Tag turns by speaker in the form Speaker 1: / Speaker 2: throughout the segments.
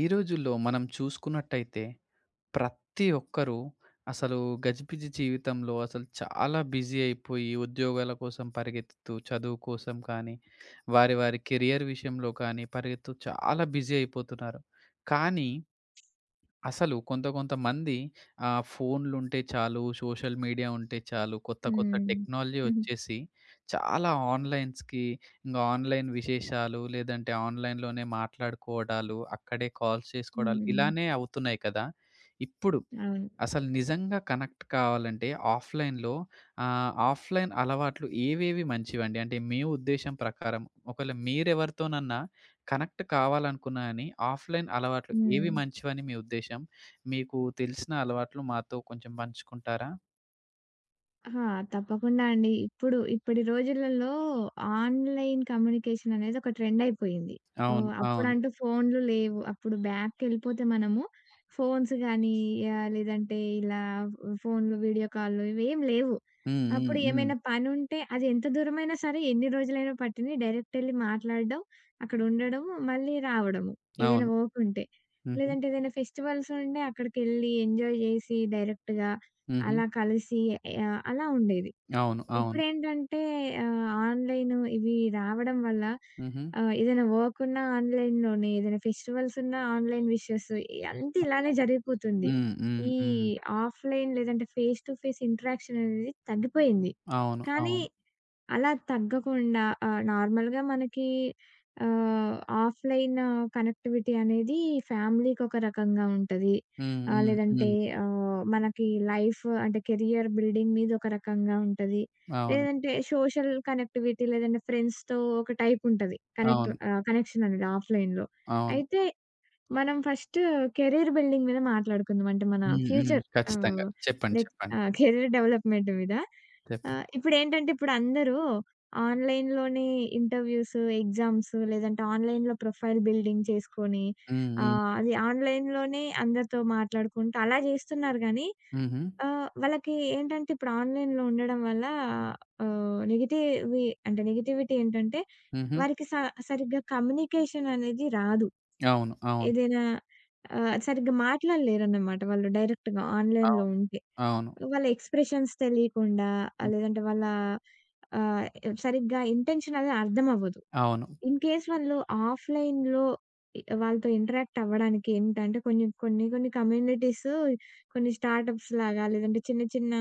Speaker 1: ఈ రోజుల్లో మనం చూసుకున్నట్టయితే ప్రతి ఒక్కరూ అసలు గజిబిజి జీవితంలో అసలు చాలా బిజీ అయిపోయి ఉద్యోగాల కోసం పరిగెత్తుతూ చదువు కోసం కానీ వారి వారి కెరియర్ విషయంలో కానీ పరిగెత్తు చాలా బిజీ అయిపోతున్నారు. కానీ అసలు కొంతమంది ఫోన్లుంటే చాలు, సోషల్ మీడియా ఉంటే చాలు, కొత్త కొత్త
Speaker 2: హ్మ్.
Speaker 1: టెక్నాలజీ
Speaker 2: హుహు.
Speaker 1: వచ్చేసి చాలా ఆన్‌లైన్స్‌కి, ఇంగ ఆన్‌లైన్ విశేషాలు లేదంటే ఆన్‌లైన్‌లోనే మాట్లాడుకోవడాలు, అక్కడే కాల్స్ చేసుకోవడాలు
Speaker 2: హ్మ్.
Speaker 1: ఇలానే అవుతున్నాయి కదా! ఇప్పుడు
Speaker 2: అవును.
Speaker 1: అసలు నిజంగా కనెక్ట్ కావాలంటే ఆఫ్‌లైన్‌లో ఆఫ్‌లైన్ అలవాట్లు ఏవేవి మంచివండి? అంటే మీ ఉద్దేశం ప్రకారం ఒకవేళ మీరెవరితోనన్నా కనెక్ట్ కావాలనుకున్నా అని ఆఫ్‌లైన్ అలవాట్లు ఏవి
Speaker 2: హ్మ్.
Speaker 1: మంచివని మీ ఉద్దేశం? మీకు తెలిసిన అలవాట్లు మాతో కొంచెం పంచుకుంటారా?
Speaker 2: ఆహా! తప్పకుండా అండి. ఇప్పుడు ఇప్పటి రోజులలో ఆన్‌లైన్ కమ్యూనికేషన్ అనేది ఒక ట్రెండ్ అయిపోయింది.
Speaker 1: అవును.
Speaker 2: ఓహ్!
Speaker 1: అవును.
Speaker 2: అప్పుడంటూ ఫోన్‌లు లేవు. అప్పుడు బ్యాక్‌కెళ్ళిపోతే మనము ఫోన్స్ గానీ, లేదంటే ఇలా ఫోన్‌లు, వీడియో కాల్‌లు ఇవేం లేవు.
Speaker 1: హ్మ్. హ్మ్.
Speaker 2: అప్పుడు
Speaker 1: హ్మ్.
Speaker 2: ఏమైనా పనుంటే అది ఎంత దూరమైనా సరే, ఎన్ని రోజులైనా పట్టింది డైరెక్ట్ ఎళ్లి మాట్లాడడం, అక్కడ ఉండడం, మళ్ళీ రావడము. ఏదైనా
Speaker 1: అవును.
Speaker 2: వర్క్ ఉంటే.
Speaker 1: హుహు.
Speaker 2: లేదంటే ఏదైనా ఫెస్టివల్స్ ఉంటే అక్కడికెళ్ళి ఎంజాయ్ జేసి డైరెక్ట్‌గా
Speaker 1: హుహు.
Speaker 2: అలా కలిసి అలా ఉండేది.
Speaker 1: అవును. అవును.
Speaker 2: ఇప్పుడేంటంటే ఆన్‌లైన్ ఇవి రావడం వల్ల
Speaker 1: హుహు.
Speaker 2: ఏదైనా వర్క్ ఉన్నా ఆన్‌లైన్‌లోనే, ఏదైనా ఫెస్టివల్స్ ఉన్నా ఆన్‌లైన్ విషెస్ అంతా ఇలానే జరిగిపోతుంది.
Speaker 1: హ్మ్. హ్మ్.
Speaker 2: ఈ
Speaker 1: హ్మ్.
Speaker 2: ఆఫ్‌లైన్ లేదంటే ఫేస్ టు ఫేస్ ఇంటరాక్షన్ అనేది తగ్గిపోయింది.
Speaker 1: అవును.
Speaker 2: కానీ
Speaker 1: అవును.
Speaker 2: అలా తగ్గకుండా నార్మల్‌గా మనకి ఆహ్, ఆఫ్‌లైన్ కనెక్టివిటీ అనేది ఫ్యామిలీకొక రకంగా ఉంటది.
Speaker 1: హ్మ్. హ్మ్.
Speaker 2: లేదంటే
Speaker 1: హ్మ్.
Speaker 2: మనకి లైఫ్ అంటే కెరియర్ బిల్డింగ్ మీద ఒక రకంగా ఉంటది.
Speaker 1: అవును.
Speaker 2: లేదంటే సోషల్ కనెక్టివిటీ లేదంటే ఫ్రెండ్స్‌తో ఒక టైప్ ఉంటది.
Speaker 1: అవును.
Speaker 2: కనెక్షన్ అనేది ఆఫ్‌లైన్‌లో.
Speaker 1: అవును.
Speaker 2: అయితే మనం ఫస్టు కెరీర్ బిల్డింగ్ మీద మాట్లాడుకుందాం. అంటే మన
Speaker 1: హ్మ్. హ్మ్.
Speaker 2: ఫ్యూచర్
Speaker 1: ఖచ్చితంగా.
Speaker 2: ఆహ్,
Speaker 1: చెప్పండి.
Speaker 2: లైక్
Speaker 1: చెప్పండి.
Speaker 2: కెరీర్ డెవలప్‌మెంట్ మీద.
Speaker 1: చెప్పండి.
Speaker 2: ఇప్పుడేంటంటే ఇప్పుడందరూ ఆన్‌లైన్‌లోనే ఇంటర్‌వ్యూస్, ఎగ్జామ్స్ లేదంటే ఆన్‌లైన్‌లో ప్రొఫైల్ బిల్డింగ్ చేసుకొని
Speaker 1: హ్మ్. హ్మ్.
Speaker 2: అది ఆన్‌లైన్‌లోనే అందరితో మాట్లాడుకుంటూ అలా జేస్తున్నారు గానీ,
Speaker 1: హుహు.
Speaker 2: ఆ! వాళ్ళకి ఏంటంటే ఇప్పుడు ఆన్‌లైన్‌లో ఉండడం వల్ల నెగెటివి అంటే నెగటివిటీ ఏంటంటే
Speaker 1: హుహు.
Speaker 2: వారికి సరిగ్గా కమ్యూనికేషన్ అనేది రాదు.
Speaker 1: అవును. అవును.
Speaker 2: ఏదైనా సరిగ్గా మాట్లాడలేరన్నమాట వాళ్ళు డైరెక్ట్‌గా ఆన్‌లైన్‌లో
Speaker 1: అవును.
Speaker 2: ఉంటే.
Speaker 1: అవును.
Speaker 2: వాళ్ళ ఎక్స్‌ప్రెషన్స్ తెలియకుండా
Speaker 1: హ్మ్.
Speaker 2: లేదంటే వాళ్ళ ఆహ్, సరిగ్గా ఇంటెన్షన్ అనేది అర్థమవ్వదు.
Speaker 1: అవును.
Speaker 2: ఇన్ కేస్ వాళ్ళు ఆఫ్‌లైన్‌లో వాళ్ళతో ఇంటరాక్ట్ అవ్వడానికి ఏంటంటే కొన్ని కొన్ని కొన్ని కమ్యూనిటీస్, కొన్ని స్టార్టప్స్ లాగా లేదంటే చిన్న చిన్న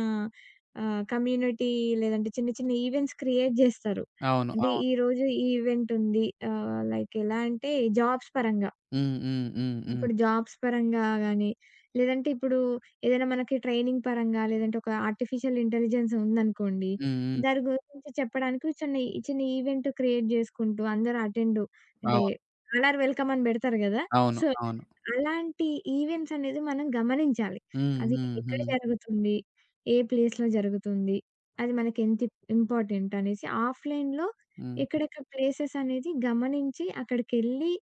Speaker 2: కమ్యూనిటీ లేదంటే చిన్న చిన్న ఈవెంట్స్ క్రియేట్ జేస్తారు.
Speaker 1: అవును.
Speaker 2: అంటే
Speaker 1: అవును.
Speaker 2: ఈరోజు ఈ ఈవెంట్ ఉంది. లైక్ ఎలా అంటే జాబ్స్ పరంగా.
Speaker 1: హ్మ్. హ్మ్. హ్మ్. హ్మ్.
Speaker 2: ఇప్పుడు జాబ్స్ పరంగా గాని, లేదంటే ఇప్పుడు ఏదైనా మనకి ట్రైనింగ్ పరంగా, లేదంటే ఒక ఆర్టిఫిషియల్ ఇంటెలిజెన్స్ ఉందనుకోండి.
Speaker 1: హ్మ్. హ్మ్.
Speaker 2: దాని గురించి చెప్పడానికి చిన్న చిన్న ఈవెంట్ క్రియేట్ చేసుకుంటూ అందరూ అటెండ్, అంటే
Speaker 1: అవును.
Speaker 2: అలర్ వెల్కమ్ అని పెడతారు కదా!
Speaker 1: అవును.
Speaker 2: సో,
Speaker 1: అవును.
Speaker 2: అలాంటి ఈవెంట్స్ అనేది మనం గమనించాలి.
Speaker 1: హ్మ్.
Speaker 2: అది
Speaker 1: హ్మ్.
Speaker 2: ఎక్కడ
Speaker 1: హ్మ్.
Speaker 2: జరుగుతుంది? ఏ ప్లేస్‌లో జరుగుతుంది? అది మనకి ఎంత ఇంపార్టెంట్ అనేసి ఆఫ్‌లైన్‌లో
Speaker 1: హ్మ్.
Speaker 2: ఎక్కడెక్కడ ప్లేసెస్ అనేది గమనించి అక్కడికెళ్ళి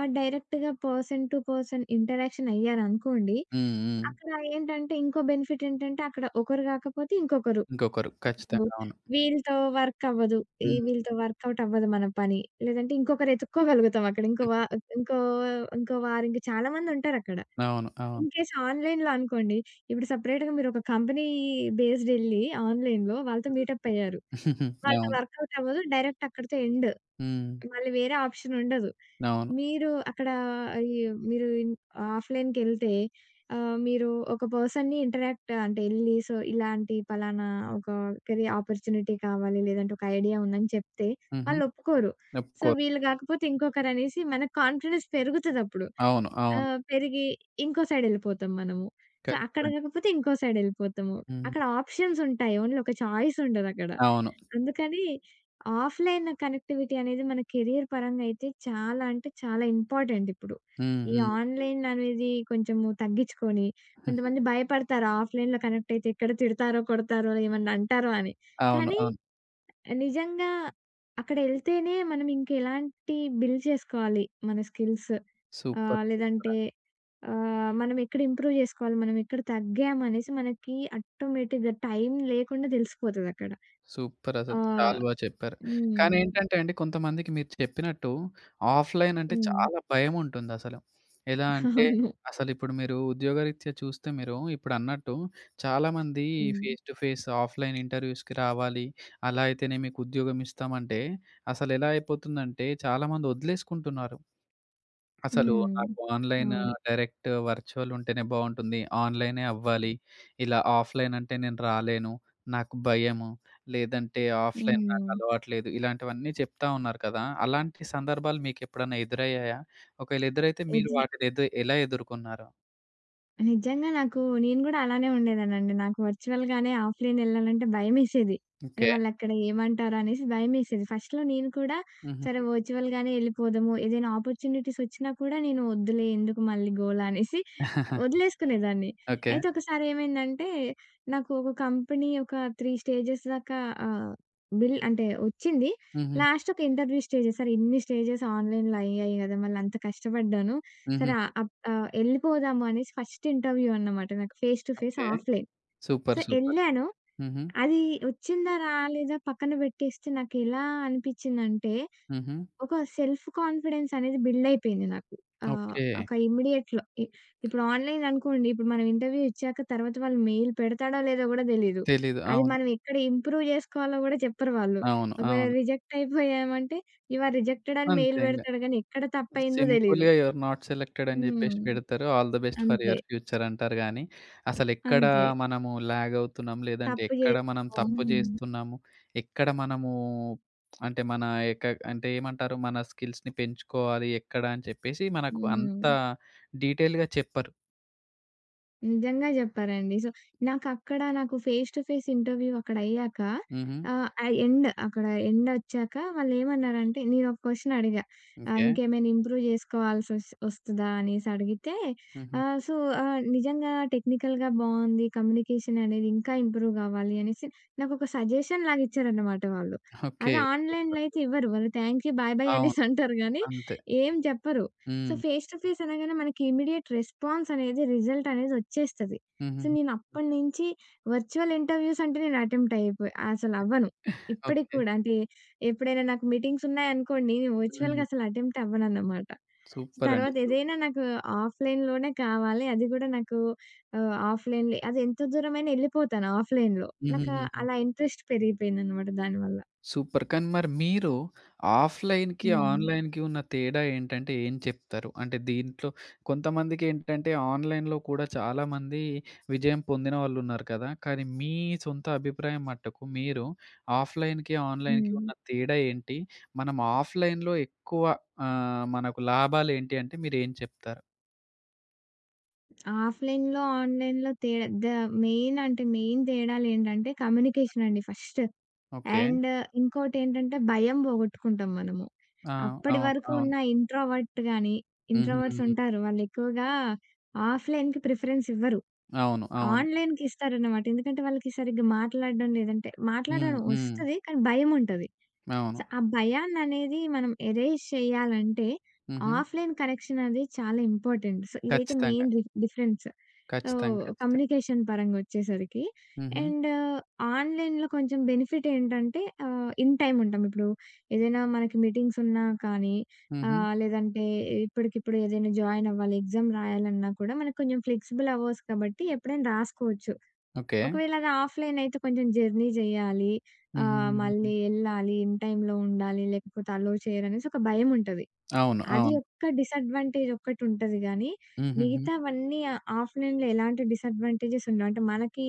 Speaker 2: ఆ! డైరెక్ట్‌గా పర్సన్ టు పర్సన్ ఇంటరాక్షన్ అయ్యారనుకోండి.
Speaker 1: హ్మ్. హ్మ్.
Speaker 2: అక్కడ ఏంటంటే, ఇంకో బెనిఫిట్ ఏంటంటే అక్కడ ఒకరు కాకపోతే ఇంకొకరు.
Speaker 1: ఇంకొకరు.
Speaker 2: ఇప్పుడు
Speaker 1: ఖచ్చితంగా. అవును.
Speaker 2: వీళ్ళతో వర్క్ అవ్వదు. ఈ
Speaker 1: హ్మ్.
Speaker 2: వీళ్ళతో వర్కౌట్ అవ్వదు మన పని. లేదంటే ఇంకొకరు ఎతుక్కోగలుగుతాం అక్కడ.
Speaker 1: హ్మ్.
Speaker 2: ఇంకో ఇంకో వారు ఇంక చాలా మందుంటారక్కడ.
Speaker 1: అవును. అవును.
Speaker 2: ఇన్‌కేస్ ఆన్‌లైన్‌లో అనుకోండి. ఇప్పుడు సెపరేట్‌గా మీరొక కంపెనీ బేస్డ్ ఎళ్లి ఆన్‌లైన్‌లో వాళ్ళతో మీటప్ అయ్యారు.
Speaker 1: హ్మ్.
Speaker 2: వాళ్ళతో
Speaker 1: అవును.
Speaker 2: వర్కౌట్ అవ్వదు. డైరెక్ట్ అక్కడితో ఎండ్.
Speaker 1: హ్మ్.
Speaker 2: మళ్ళీ వేరే ఆప్షన్ ఉండదు.
Speaker 1: అవును.
Speaker 2: మీరు అక్కడ ఈ మీరు ఇన్ ఆఫ్‌లైన్‌కెళ్తే మీరు ఒక పర్సన్‌ని ఇంటరాక్ట్ అంటే ఎళ్లి సో, ఇలాంటి పలానా ఒక కెరీర్ ఆపర్చునిటీ కావాలి, లేదంటే ఒక ఐడియా ఉందని చెప్తే
Speaker 1: హుహు.
Speaker 2: వాళ్ళు ఒప్పుకోరు.
Speaker 1: Of
Speaker 2: so,
Speaker 1: course.
Speaker 2: వీళ్ళు కాకపోతే ఇంకొకరనేసి మనకు కాన్ఫిడెన్స్ పెరుగుతదప్పుడు.
Speaker 1: అవును. అవును.
Speaker 2: పెరిగి ఇంకో సైడ్ ఎళ్ళిపోతాం మనము. సో, అక్కడ
Speaker 1: ఖచ్చితంగా.
Speaker 2: కాకపోతే ఇంకో సైడ్ ఎళ్ళిపోతాము.
Speaker 1: హ్మ్.
Speaker 2: అక్కడ ఆప్షన్స్ ఉంటాయి. ఓన్లీ ఒక చాయిస్ ఉండదక్కడ.
Speaker 1: అవును.
Speaker 2: అందుకని ఆఫ్‌లైన్ కనెక్టివిటీ అనేది మన కెరియర్ పరంగా అయితే చాలా, అంటే చాలా ఇంపార్టెంట్ ఇప్పుడు.
Speaker 1: హ్మ్.
Speaker 2: ఈ
Speaker 1: హ్మ్.
Speaker 2: ఆన్‌లైన్ అనేది కొంచెము తగ్గించుకొని, కొంతమంది భయపడతారు ఆఫ్‌లైన్‌లో కనెక్ట్ అయితే ఎక్కడ తిడతారో, కొడతారో, ఏమన్నా అంటారో అని.
Speaker 1: అవును.
Speaker 2: కానీ
Speaker 1: అవును.
Speaker 2: నిజంగా అక్కడెళ్తేనే మనం ఇంకెలాంటి బిల్డ్ చేసుకోవాలి మన స్కిల్స్.
Speaker 1: సూపర్.
Speaker 2: లేదంటే మనం ఎక్కడ ఇంప్రూవ్ జేసుకోవాలి, మనం ఎక్కడ తగ్గామనేసి మనకి ఆటోమేటిక్‌గా టైం లేకుండా తెలిసిపోతదక్కడ.
Speaker 1: సూపర్ అసలు.
Speaker 2: ఆహ్,
Speaker 1: చాలా బా చెప్పారు. కానీ
Speaker 2: హ్మ్.
Speaker 1: ఏంటంటే అండి కొంతమందికి మీరు చెప్పినట్టు ఆఫ్‌లైన్ అంటే
Speaker 2: హ్మ్.
Speaker 1: చాలా భయముంటుందసలు. ఎలా అంటే
Speaker 2: అవును.
Speaker 1: అసలిప్పుడు మీరు ఉద్యోగరీత్యా చూస్తే మీరు ఇప్పుడన్నట్టు చాలామంది
Speaker 2: హ్మ్.
Speaker 1: ఫేస్ టు ఫేస్ ఆఫ్‌లైన్ ఇంటర్వ్యూస్‌కి రావాలి. అలా అయితేనే మీకు ఉద్యోగం ఇస్తామంటే అసలెలా అయిపోతుందంటే చాలామంది వదిలేసుకుంటున్నారు. అసలు
Speaker 2: హ్మ్.
Speaker 1: నాకు ఆన్‌లైన్
Speaker 2: అవును.
Speaker 1: డైరెక్ట్ వర్చువల్ ఉంటేనే బావుంటుంది. ఆన్‌లైనే అవ్వాలి. ఇలా ఆఫ్‌లైన్ అంటే నేను రాలేను. నాకు భయము. లేదంటే ఆఫ్‌లైన్ నాకు
Speaker 2: హ్మ్.
Speaker 1: అలవాట్లేదు. ఇలాంటివన్నీ చెప్తా ఉన్నారు కదా! అలాంటి సందర్భాలు మీకెప్పుడన్నా ఎదురయ్యాయా? ఒకవేళ ఎదురైతే మీరు
Speaker 2: నిజ
Speaker 1: వాటిని ఎలా ఎదుర్కొన్నారు?
Speaker 2: నిజంగా నాకు నేను గూడా అలానే ఉండేదాన్నండి. నాకు వర్చువల్‌గానే ఆఫ్‌లైన్ ఎళ్ళాలంటే భయమేసేది. అరె!
Speaker 1: ఓకే.
Speaker 2: వాళ్ళక్కడ ఏమంటారో అనేసి భయమేసేది. ఫస్ట్‌లో నేను కూడా
Speaker 1: హుహు.
Speaker 2: సరే వర్చువల్‌గానే ఎళ్ళిపోదాము. ఏదైనా ఆపర్చునిటీస్ వచ్చినా కూడా నేను వద్దులే, ఎందుకు మళ్ళీ గోల అనేసి వదిలేసుకునేదాన్ని.
Speaker 1: ఓకే.
Speaker 2: అయితే ఒకసారి ఏమైందంటే, నాకు ఒక కంపెనీ ఒక 3 స్టేజెస్ దాకా ఆహ్, బిల్ అంటే వచ్చింది.
Speaker 1: హుహు.
Speaker 2: లాస్ట్ ఒక ఇంటర్వ్యూ స్టేజెస్, సరే ఇన్ని స్టేజెస్ ఆన్‌లైన్‌లో అయ్యాయి గదా! మళ్ళీ అంత కష్టపడ్డాను.
Speaker 1: హుహు.
Speaker 2: సరే ఎళ్ళిపోదాము అనేసి ఫస్ట్ ఇంటర్వ్యూ అన్నమాట. నాకు face to face
Speaker 1: okay.
Speaker 2: Offline.
Speaker 1: Super.
Speaker 2: So,
Speaker 1: super.
Speaker 2: ఎళ్ళాను.
Speaker 1: హుహు.
Speaker 2: అది వచ్చిందా రాలేదా పక్కన పెట్టేస్తే నాకెలా అనిపించిందంటే
Speaker 1: హుహు.
Speaker 2: ఒక సెల్ఫ్ కాన్ఫిడెన్స్ అనేది బిల్డ్ అయిపోయింది నాకు. ఆహ్,
Speaker 1: ఓకే.
Speaker 2: ఒక ఇమ్మీడియేట్‌లో. ఇప్పుడు ఆన్‌లైన్ అనుకోండి, ఇప్పుడు మనం ఇంటర్వ్యూ ఇచ్చాక తర్వాత వాళ్ళు మెయిల్ పెడతాడో లేదో గూడా తెలీదు.
Speaker 1: తెలీదు.
Speaker 2: అది
Speaker 1: అవును.
Speaker 2: మనం ఎక్కడ ఇంప్రూవ్ జేసుకోవాలో గూడా చెప్పరు వాళ్ళు.
Speaker 1: అవును.
Speaker 2: ఒకవేళ
Speaker 1: అవును.
Speaker 2: రిజెక్ట్ అయిపోయామంటే, యు ఆర్ రిజెక్టెడ్ అని
Speaker 1: అంతే
Speaker 2: మెయిల్
Speaker 1: ఇంగ.
Speaker 2: పెడతాడు గానీ, ఎక్కడ తప్పయిందో తెలీదు.
Speaker 1: సింపుల్‌గా యూఆర్ నాట్ సెలెక్టెడ్ అని
Speaker 2: హ్మ్.
Speaker 1: జెప్పేసి పెడతారు. ఆల్ ద బెస్ట్ ఫర్
Speaker 2: అంతే.
Speaker 1: యువర్ ఫ్యూచర్ అంటారు గానీ, అసలెక్కడ
Speaker 2: అంతే.
Speaker 1: మనము లాగ్ అవుతున్నాం, లేదంటే
Speaker 2: తప్పు
Speaker 1: ఎక్కడ మనం
Speaker 2: జేసాము.
Speaker 1: తప్పు
Speaker 2: హ్మ్.
Speaker 1: జేస్తున్నాము, ఎక్కడ మనము అంటే మన యొక్క అంటే ఏమంటారు? మన స్కిల్స్‌ని పెంచుకోవాలి ఎక్కడ అని చెప్పేసి మనకు అంత
Speaker 2: హ్మ్.
Speaker 1: డీటెయిల్‌గా చెప్పరు.
Speaker 2: నిజంగా జెప్పారండి. సో, నాకు ఫేస్ టు ఫేస్ ఇంటర్వ్యూ అక్కడయ్యాక
Speaker 1: హుహు.
Speaker 2: ఆ ఎండ్ అక్కడ ఎండొచ్చాక వాళ్ళేమన్నారంటే నేనొక క్వెషన్ అడిగా.
Speaker 1: ఓకే.
Speaker 2: ఇంకేమైనా ఇంప్రూవ్ ఒస్తదా అనేసి అడిగితే
Speaker 1: హుహు.
Speaker 2: సో, నిజంగా టెక్నికల్‌గా బావుంది. కమ్యూనికేషన్ అనేది ఇంకా ఇంప్రూవ్ గావాలి అనేసి నాకొక సజెషన్ లాగా ఇచ్చారన్నమాట వాళ్ళు.
Speaker 1: ఓకే.
Speaker 2: అదే
Speaker 1: సూపర్.
Speaker 2: ఆన్‌లైన్‌లో
Speaker 1: సూపర్.
Speaker 2: అయితే ఇవ్వరు. వాళ్ళు థాంక్ యూ, బాయ్ బాయ్
Speaker 1: అవును.
Speaker 2: అనేసి అంటారు గానీ
Speaker 1: అంతే.
Speaker 2: ఏం చెప్పరు. సో,
Speaker 1: హ్మ్.
Speaker 2: ఫేస్ టు ఫేస్ అనగానే మనకి ఇమ్మీడియేట్ రెస్పాన్స్ అనేది, రిజల్ట్ అనేది వచ్చేస్తది. సో,
Speaker 1: హుహుహు.
Speaker 2: నేనప్పటి నుంచి వర్చువల్ ఇంటర్‌వ్యూస్ అంటే నేను అటెంప్ట్ అయిపోయి అసలవ్వను. ఇప్పటికి
Speaker 1: ఓకే.
Speaker 2: కూడా అంటే ఎప్పుడైనా నాకు మీటింగ్స్ ఉన్నాయనుకోండి నేను వర్చువల్‌గా
Speaker 1: హ్మ్.
Speaker 2: అసలు అటెంప్ట్ అవ్వనన్నమాట.
Speaker 1: సూపర్ అండి.
Speaker 2: తర్వాత ఏదైనా నాకు ఆఫ్‌లైన్‌లోనే కావాలి. అది కూడా నాకు ఆఫ్‌లైన్‌లే అది ఎంత దూరమైనా ఎళ్ళిపోతాను ఆఫ్‌లైన్‌లో. నాకు
Speaker 1: హుహుహుహు.
Speaker 2: అలా ఇంట్రెస్ట్ పెరిగిపోయిందన్నమాట దానివల్ల.
Speaker 1: సూపర్. కానీ మరి మీరు ఆఫ్‌లైన్‌కి,
Speaker 2: హ్మ్.
Speaker 1: ఆన్‌లైన్‌కి ఉన్న తేడా ఏంటంటే ఏం చెప్తారు? అంటే దీంట్లో కొంతమందికేంటంటే ఆన్‌లైన్‌లో కూడా చాలామంది విజయం పొందిన వాళ్ళున్నారు కదా! కానీ మీ సొంత అభిప్రాయం మట్టుకు మీరు ఆఫ్‌లైన్‌కి, ఆన్‌లైన్‌కి
Speaker 2: హ్మ్.
Speaker 1: ఉన్న తేడా ఏంటి? మనం ఆఫ్‌లైన్‌లో ఎక్కువ మనకు లాభాలేంటి అంటే మీరేం చెప్తారు?
Speaker 2: ఆఫ్‌లైన్‌లో, ఆన్‌లైన్‌లో తేడా ద మెయిన్ అంటే మెయిన్ తేడాలేంటంటే కమ్యూనికేషన్ అండి ఫస్ట్.
Speaker 1: ఓకే.
Speaker 2: అండ్ ఇంకోటేంటంటే భయం పోగొట్టుకుంటాం మనము.
Speaker 1: ఆ!
Speaker 2: అప్పటి
Speaker 1: అవును.
Speaker 2: వరకు
Speaker 1: అవును.
Speaker 2: ఉన్న ఇంట్రోవర్ట్ గాని,
Speaker 1: హుహు.
Speaker 2: ఇంట్రోవర్ట్స్
Speaker 1: హుహు.
Speaker 2: ఉంటారు. వాళ్ళెక్కువగా ఆఫ్‌లైన్‌కి ప్రిఫరెన్స్ ఇవ్వరు.
Speaker 1: అవును. అవును.
Speaker 2: ఆన్‌లైన్‌కి ఇస్తారన్నమాట. ఎందుకంటే వాళ్ళకి సరిగ్గా మాట్లాడడం లేదంటే
Speaker 1: హ్మ్.
Speaker 2: మాట్లాడడం
Speaker 1: హ్మ్.
Speaker 2: వస్తది. కానీ భయముంటది.
Speaker 1: అవును.
Speaker 2: సో, ఆ భయాన్ననేది మనం ఎరేజ్ చేయాలంటే,
Speaker 1: హుహు.
Speaker 2: ఆఫ్‌లైన్ కరెక్షన్ అనేది చాలా ఇంపార్టెంట్. సో, ఇదైతే
Speaker 1: ఖచ్చితంగా.
Speaker 2: Main difference.
Speaker 1: ఖచ్చితంగా. ఖచ్చితంగా.
Speaker 2: కమ్యూనికేషన్ పరంగా వచ్చేసరికి.
Speaker 1: హుహు.
Speaker 2: అండ్ ఆన్‌లైన్‌లో కొంచెం బెనిఫిట్ ఏంటంటే ఇన్ టైమ్ ఉంటాం. ఇప్పుడు ఏదైనా మనకి మీటింగ్స్ ఉన్నా కానీ
Speaker 1: హుహు.
Speaker 2: లేదంటే ఇప్పటికిప్పుడు ఏదైనా జాయిన్ అవ్వాలి, ఎగ్జామ్ రాయాలన్నా కూడా మనకు కొంచెం ఫ్లెక్సిబుల్ అవర్స్ కాబట్టి ఎప్పుడైనా రాసుకోవచ్చు.
Speaker 1: ఓకే.
Speaker 2: ఒకవేళ అది ఆఫ్‌లైన్ అయితే కొంచెం జర్నీ జేయాలి.
Speaker 1: హుహుహుహు.
Speaker 2: మళ్ళీ ఎళ్ళాలి, ఇన్ టైమ్‌లో ఉండాలి, లేకపోతే అలో చేయరనేసి ఒక భయముంటది.
Speaker 1: అవును.
Speaker 2: అది
Speaker 1: అవును.
Speaker 2: ఒక్క డిసడ్వాంటేజ్ ఒక్కటుంటది గానీ,
Speaker 1: హుహుహు.
Speaker 2: మిగతావన్నీ ఆఫ్‌లైన్‌లో ఎలాంటి డిసడ్వాంటేజెస్ ఉండవు. అంటే మనకి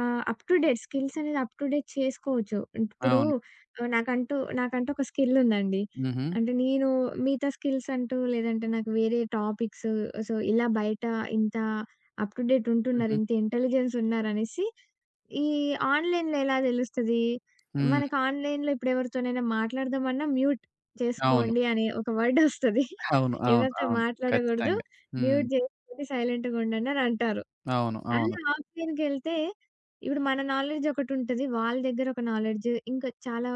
Speaker 2: అప్ టు డేట్ స్కిల్స్ అనేది అప్ టు డేట్ చేసుకోవచ్చు. ఇప్పుడు
Speaker 1: అవును.
Speaker 2: నాకంటూ నాకంటూ ఒక స్కిల్లుందండి.
Speaker 1: హుహు.
Speaker 2: అంటే నేను మిగతా స్కిల్స్ అంటూ లేదంటే నాకు వేరే టాపిక్స్, సో, ఇలా బయట ఇంత అప్ టు డేట్ ఉంటున్నారు,
Speaker 1: హుహు.
Speaker 2: ఇంత ఇంటెలిజెన్స్ ఉన్నారనేసి ఈ ఆన్‌లైన్‌లో ఎలా తెలుస్తది?
Speaker 1: హ్మ్.
Speaker 2: మనకు ఆన్‌లైన్‌లో ఇప్పుడు ఎవరితోనైనా మాట్లాడదామన్నా మ్యూట్
Speaker 1: అవును.
Speaker 2: చేసుకోండి అనే ఒక వర్డ్ ఒస్తది.
Speaker 1: అవును. అవును.
Speaker 2: ఎవరితో
Speaker 1: అవును.
Speaker 2: మాట్లాడగూడదు.
Speaker 1: ఖచ్చితంగా. హ్మ్.
Speaker 2: మ్యూట్ జేసుకొని సైలెంట్‌గా ఉండండి అని అంటారు.
Speaker 1: అవును.
Speaker 2: అదే
Speaker 1: అవును.
Speaker 2: ఆఫ్‌లైన్‌కెళ్తే ఇప్పుడు మన నాలెడ్జ్ ఒకటుంటది. వాళ్ళ దగ్గర ఒక నాలెడ్జ్ ఇంకా చాలా,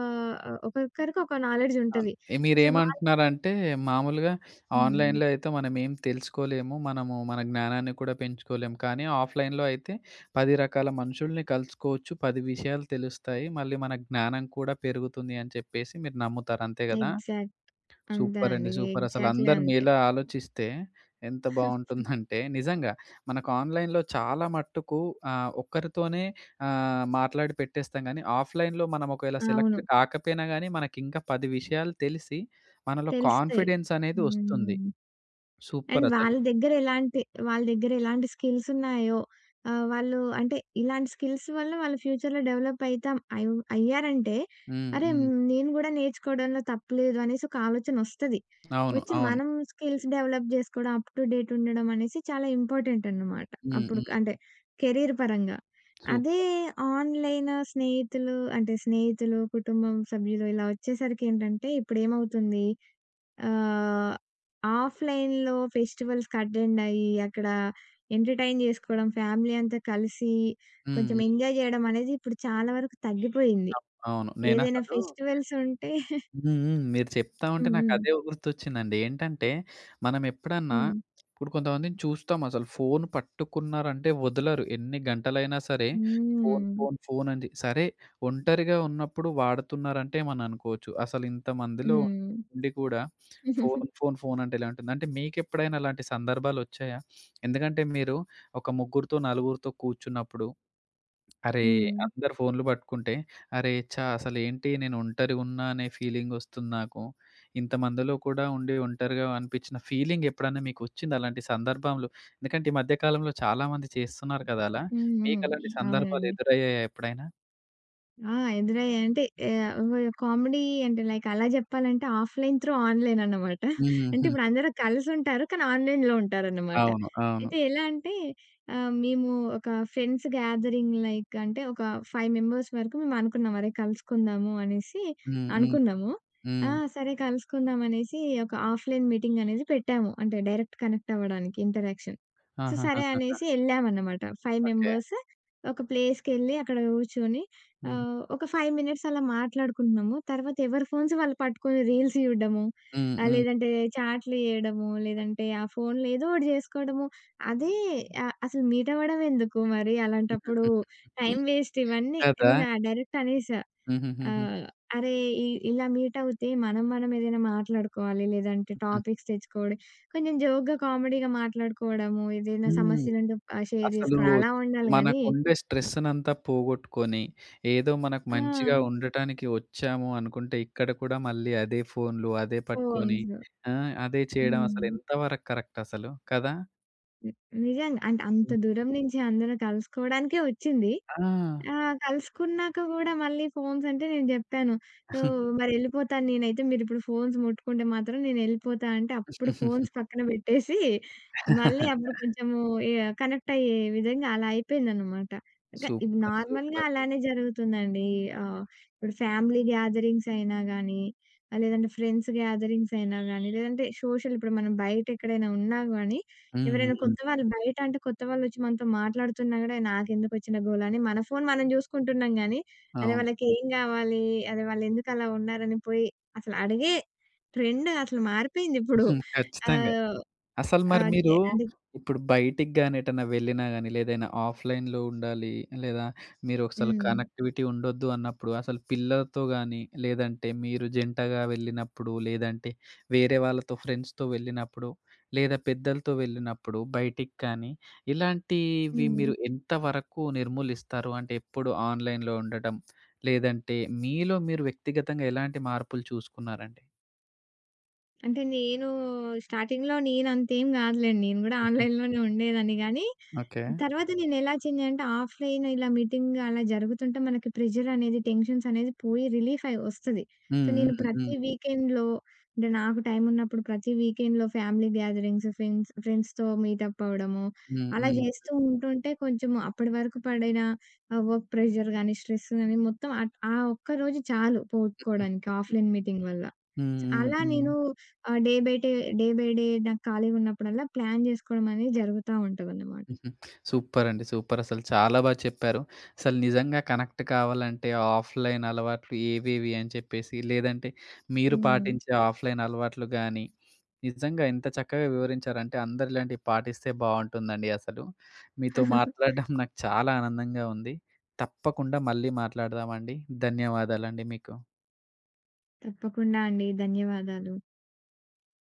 Speaker 2: ఒక్కొక్కరికి ఒక నాలెడ్జ్
Speaker 1: అవును.
Speaker 2: ఉంటది.
Speaker 1: ఎ
Speaker 2: సో, వాళ్ళు
Speaker 1: మీరేమంటున్నారంటే మామూలుగా
Speaker 2: హ్మ్.
Speaker 1: ఆన్‌లైన్‌లో అయితే మనమేం తెలుసుకోలేము. మనము మన జ్ఞానాన్ని కూడా పెంచుకోలేము. కానీ ఆఫ్‌లైన్‌లో అయితే 10 రకాల మనుషుల్ని కలుసుకోవచ్చు. 10 విషయాలు తెలుస్తాయి. మళ్ళీ మన జ్ఞానం కూడా పెరుగుతుంది అని చెప్పేసి మీరు నమ్ముతారు. అంతే గదా!
Speaker 2: ఎగ్జాక్ట్. అంతే
Speaker 1: సూపర్ అండి.
Speaker 2: అండి.
Speaker 1: సూపర్.
Speaker 2: ఎగ్జాక్ట్‌లీ
Speaker 1: అసలందరు
Speaker 2: అంతే.
Speaker 1: మీలా ఆలోచిస్తే ఎంత బావుంటుందంటే నిజంగా మనకు ఆన్‌లైన్‌లో చాలా మట్టుకు ఒక్కరితోనే మాట్లాడి పెట్టేస్తాం గానీ, ఆఫ్‌లైన్‌లో మనం ఒకవేళ
Speaker 2: అవును.
Speaker 1: సెలెక్ట్ కాకపోయినా గానీ, మనకింకా 10 విషయాలు తెలిసి మనలో
Speaker 2: తెలుస్తాయి.
Speaker 1: కాన్ఫిడెన్స్ అనేది వస్తుంది.
Speaker 2: హ్మ్. అండ్
Speaker 1: సూపర్ అసలు.
Speaker 2: వాళ్ళ దగ్గర ఎలాంటి స్కిల్స్ ఉన్నాయో వాళ్ళు అంటే ఇలాంటి స్కిల్స్ వల్ల వాళ్ళు ఫ్యూచర్‌లో డెవలప్ అయితాం అయ్ అయ్యారంటే,
Speaker 1: హ్మ్.
Speaker 2: అరే!
Speaker 1: హ్మ్.
Speaker 2: నేను గూడా నేర్చుకోవడంలో తప్పులేదు అనేసి ఒక ఆలోచన ఒస్తది.
Speaker 1: అవును.
Speaker 2: వచ్చి
Speaker 1: అవును.
Speaker 2: మనం స్కిల్స్ డెవలప్ జేసుకోవడం, అప్ టు డేట్ ఉండడం అనేసి చాలా ఇంపార్టెంట్ అన్నమాట.
Speaker 1: హ్మ్.
Speaker 2: అప్పుడు
Speaker 1: హ్మ్.
Speaker 2: అంటే కెరీర్ పరంగా. అదే
Speaker 1: సూపర్.
Speaker 2: ఆన్‌లైన్ స్నేహితులు అంటే స్నేహితులు, కుటుంబం సభ్యులు ఇలా వచ్చేసరికి ఏంటంటే ఇప్పుడేమవుతుంది, ఆహ్, ఆఫ్‌లైన్‌లో ఫెస్టివల్స్‌కి అటెండ్ అయ్యి, అక్కడ ఎంటర్‌టైన్ జేసుకోవడం, ఫ్యామిలీ అంతా కలిసి
Speaker 1: హ్మ్.
Speaker 2: కొంచెం
Speaker 1: హ్మ్.
Speaker 2: ఎంజాయ్ జేయడం అనేది ఇప్పుడు చాలా వరకు తగ్గిపోయింది.
Speaker 1: అవ్ అవును.
Speaker 2: ఏదైనా
Speaker 1: నేనసలు
Speaker 2: ఫెస్టివల్స్ ఉంటే
Speaker 1: హ్మ్. హ్మ్. మీరు చెప్తా ఉంటే
Speaker 2: హ్మ్.
Speaker 1: నాకదే గుర్తొచ్చిందండి. ఏంటంటే, మనం ఎప్పుడన్నా
Speaker 2: హ్మ్.
Speaker 1: ఇప్పుడు కొంతమందిని చూస్తాం అసలు ఫోను పట్టుకున్నారంటే వదలరు. ఎన్ని గంటలైనా సరే ఫోను,
Speaker 2: హ్మ్.
Speaker 1: ఫోను, ఫోను అని సరే ఒంటరిగా ఉన్నప్పుడు వాడుతున్నారంటే మనం అనుకోవచ్చు. అసలు
Speaker 2: హ్మ్.
Speaker 1: ఇంతమందిలో
Speaker 2: హ్మ్.
Speaker 1: ఉండి కూడా ఫోను, ఫోను, ఫోను అంటే ఎలా ఉంటుంది? అంటే మీకెప్పుడైనా అలాంటి సందర్భాలొచ్చాయా? ఎందుకంటే మీరు ఒక ముగ్గురితో, నలుగురితో కూర్చున్నప్పుడు అరే!
Speaker 2: హ్మ్.
Speaker 1: అందరు ఫోన్‌లు పట్టుకుంటే, అరే! ఛ! అసలేంటి నేను ఒంటరిగున్నా అనే ఫీలింగొస్తుంది నాకు. ఇంతమందిలో కూడా ఉండి ఒంటరిగా అనిపించిన ఫీలింగ్ ఎప్పుడన్నా మీకొచ్చిందా అలాంటి సందర్భంలో? ఎందుకంటే ఈ మధ్య కాలంలో చాలామంది చేస్తున్నారు కదా అలా.
Speaker 2: హ్మ్. హ్మ్.
Speaker 1: మీకలాంటి సందర్భాలు
Speaker 2: అవునండి.
Speaker 1: ఎదురయ్యాయా ఎప్పుడైనా?
Speaker 2: ఆ! ఎదురయ్యాయి. అంటే ఆహ్, వ కామెడీ అంటే లైక్ అలా జెప్పాలంటే ఆఫ్‌లైన్ త్రూ ఆన్‌లైన్ అన్నమాట.
Speaker 1: ఉమ్, హ్మ్.
Speaker 2: అంటే ఇప్పుడు
Speaker 1: హుహు.
Speaker 2: అందరూ కలిసుంటారు. కానీ ఆన్‌లైన్‌లో ఉంటారన్నమాట.
Speaker 1: అవును. అవును.
Speaker 2: అయితే ఎలా అంటే మేము ఒక ఫ్రెండ్స్ గ్యాదరింగ్, లైక్ అంటే ఒక 5 మెంబర్స్ వరకు మేము అనుకున్నాం. అరే! కలుసుకుందాము అనేసి
Speaker 1: హ్మ్. హ్మ్.
Speaker 2: అనుకున్నాము.
Speaker 1: హ్మ్.
Speaker 2: ఆ! సరే కలుసుకుందాం అనేసి ఒక ఆఫ్‌లైన్ మీటింగ్ అనేది పెట్టాము. అంటే డైరెక్ట్ కనెక్ట్ అవ్వడానికి ఇంటరాక్షన్. సో, సరే
Speaker 1: ఆహాహాహాహా!
Speaker 2: అనేసి ఎళ్ళామన్నమాట. 5
Speaker 1: ఓకే.
Speaker 2: మెంబర్స్ ఒక ప్లేస్‌కెళ్ళి అక్కడ గూర్చొని
Speaker 1: హుహు.
Speaker 2: ఒక 5 మినిట్స్ అలా మాట్లాడుకుంటున్నాము. తర్వాత ఎవరి ఫోన్స్ వాళ్ళు పట్టుకొని రీల్స్ చూడడము.
Speaker 1: హ్మ్. హ్మ్.
Speaker 2: లేదంటే చాట్లు చేయడము, లేదంటే ఆ ఫోన్‌లో ఏదో ఒకటి చేసుకోవడము. అదే అసలు మీట్ అవ్వడం ఎందుకు మరి అలాంటప్పుడు, టైం వేస్ట్ ఇవన్నీ.
Speaker 1: కదా!
Speaker 2: నేను డైరెక్ట్ అనేసా.
Speaker 1: హుహుహుహు.
Speaker 2: ఆహ్, "అరే! ఇలా మీట్ అవుతే మనం మనం ఏదైనా మాట్లాడుకోవాలి. లేదంటే టాపిక్స్ తెచ్చుకోవడం, కొంచెం జోక్‌గా, కామెడీగా మాట్లాడుకోవడము, ఏదైనా
Speaker 1: హ్మ్.
Speaker 2: సమస్యలుంటే షేర్
Speaker 1: అసలు
Speaker 2: చేసుకోవడం అలా ఉండాలి గానీ."
Speaker 1: మనకుండే స్ట్రెస్‌నంతా పోగొట్టుకొని, ఏదో మనకు
Speaker 2: ఆ!
Speaker 1: మంచిగా ఉండటానికి వచ్చాము అనుకుంటే, ఇక్కడ కూడా మళ్ళీ అదే ఫోన్‌లు, అదే పట్టుకొని
Speaker 2: పోమ్స్.
Speaker 1: ఆ! అదే చేయడం అసలు
Speaker 2: హ్మ్.
Speaker 1: ఎంతవరకు కరెక్ట్ అసలు కదా!
Speaker 2: హ్మ్. నిజంగా. అంటే అంత
Speaker 1: హ్మ్.
Speaker 2: దూరం నుంచి అందరూ కలుసుకోవడానికే వచ్చింది.
Speaker 1: ఆ!
Speaker 2: కలుసుకున్నాక గూడా మళ్ళీ ఫోన్స్ అంటే నేను జెప్పాను. సో, మరెళ్ళిపోతాను నేనైతే, మీరిప్పుడు ఫోన్స్ ముట్టుకుంటే మాత్రం నేనెళ్ళిపోతా అంటే అప్పుడు ఫోన్స్ పక్కన బెట్టేసి మళ్ళీ అప్పుడు కొంచెము ఎ కనెక్ట్ అయ్యే విధంగా అలా అయిపోయిందనమాట. ఇంక ఇవి
Speaker 1: సూపర్.
Speaker 2: నార్మల్‌గా
Speaker 1: సూపర్.
Speaker 2: అలానే జరుగుతుందండి. ఆహ్, ఇప్పుడు ఫ్యామిలీ గ్యాదరింగ్స్ అయినా గానీ, లేదంటే ఫ్రెండ్స్ గ్యాదరింగ్స్ అయినా గానీ, లేదంటే సోషల్ ఇప్పుడు మనం బయటెక్కడైనా ఉన్నా గానీ,
Speaker 1: హ్మ్.
Speaker 2: ఎవరైనా
Speaker 1: హ్మ్.
Speaker 2: కొత్త వాళ్ళు బయట అంటే కొత్త వాళ్ళొచ్చి మనతో మాట్లాడుతున్నా గూడా నాకెందుకొచ్చిన గోల అని మన ఫోను మనం జూసుకుంటున్నాం గానీ, అరే!
Speaker 1: అవును.
Speaker 2: వాళ్ళకేం గావాలి? అరే! వాళ్ళెందుకలా ఉన్నారని పోయి అసలు అడిగే ట్రెండ్ అసలు మారిపోయిందిప్పుడు.
Speaker 1: హ్మ్. ఖచ్చితంగా.
Speaker 2: ఆహ్,
Speaker 1: అసలు మరి
Speaker 2: ఆహ్, చే
Speaker 1: మీరు
Speaker 2: అంటే
Speaker 1: ఇప్పుడు బయటికి గాని, ఎటన్నా వెళ్ళినా గాని, లేదా ఏదైనా ఆఫ్‌లైన్‌లో ఉండాలి, లేదా మీరు అసలు
Speaker 2: హ్మ్.
Speaker 1: కనెక్టివిటీ ఉండొద్దు అన్నప్పుడు, అసలు పిల్లలతో గాని, లేదంటే మీరు జంటగా వెళ్ళినప్పుడు, లేదంటే వేరే వాళ్ళతో ఫ్రెండ్స్‌తో వెళ్ళినప్పుడు, లేదా పెద్దలతో వెళ్ళినప్పుడు బయటికి కానీ, ఇలాంటివి
Speaker 2: హ్మ్.
Speaker 1: మీరు ఎంతవరకు నిర్మూలిస్తారు? అంటే ఎప్పుడు ఆన్‌లైన్‌లో ఉండటం, లేదంటే మీలో మీరు వ్యక్తిగతంగా ఎలాంటి మార్పులు చూసుకున్నారండి?
Speaker 2: అంటే నేను స్టార్టింగ్‌లో నేనంతేం గాదులేండి. నేను గూడా
Speaker 1: హుహు.
Speaker 2: ఆన్‌లైన్‌లోనే ఉండేదాన్ని గానీ
Speaker 1: ఓకే.
Speaker 2: తర్వాత నేనెలా చేంజ్ అయ్యానంటే ఆఫ్‌లైన్ ఇలా మీటింగ్ అలా జరుగుతుంటే మనకి ప్రెషర్ అనేది, టెన్షన్స్ అనేది పోయి రిలీఫ్ అయి ఒస్తది. సో,
Speaker 1: హ్మ్.
Speaker 2: నేను
Speaker 1: హ్మ్.
Speaker 2: ప్రతి
Speaker 1: హ్మ్.
Speaker 2: వీకెండ్‌లో, అంటే నాకు టైమ్ ఉన్నప్పుడు ప్రతి వీకెండ్‌లో ఫ్యామిలీ గ్యాదరింగ్స్, ఫ్రెండ్స్‌తో మీటప్ అవ్వడము,
Speaker 1: హ్మ్.
Speaker 2: అలా
Speaker 1: హ్మ్.
Speaker 2: చేస్తూ ఉంటుంటే కొంచెం అప్పటి వరకు పడిన వర్క్ ప్రెషర్ గాని, స్ట్రెస్ గాని మొత్తం అట్ ఆ ఒక్కరోజు చాలు పోగొట్టుకోవడానికి ఆఫ్‌లైన్ మీటింగ్ వల్ల.
Speaker 1: హ్మ్.
Speaker 2: సో,
Speaker 1: హ్మ్.
Speaker 2: అలా
Speaker 1: హ్మ్.
Speaker 2: నేను ఆహ్, day by day, day by day నాకు ఖాళీగా ఉన్నప్పుడల్లా ప్లాన్ జేసుకోవడం అనేది జరుగుతా ఉంటదన్నమాట.
Speaker 1: హుహు. సూపరండి. సూపర్. అసలు చాలా బా చెప్పారు. అసలు నిజంగా కనెక్ట్ కావాలంటే ఆఫ్‌లైన్ అలవాట్లు ఏవేవి అని చెప్పేసి, లేదంటే మీరు
Speaker 2: హ్మ్.
Speaker 1: పాటించే ఆఫ్‌లైన్ అలవాట్లు గాని, నిజంగా ఎంత చక్కగా వివరించారంటే అందరూ ఇలాంటివి పాటిస్తే బావుంటుందండి అసలు. మీతో మాట్లాడడం నాకు చాలా ఆనందంగా ఉంది. తప్పకుండా మళ్ళీ మాట్లాడదామండి. ధన్యవాదాలండి మీకు.
Speaker 2: తప్పకుండా అండి. ధన్యవాదాలు.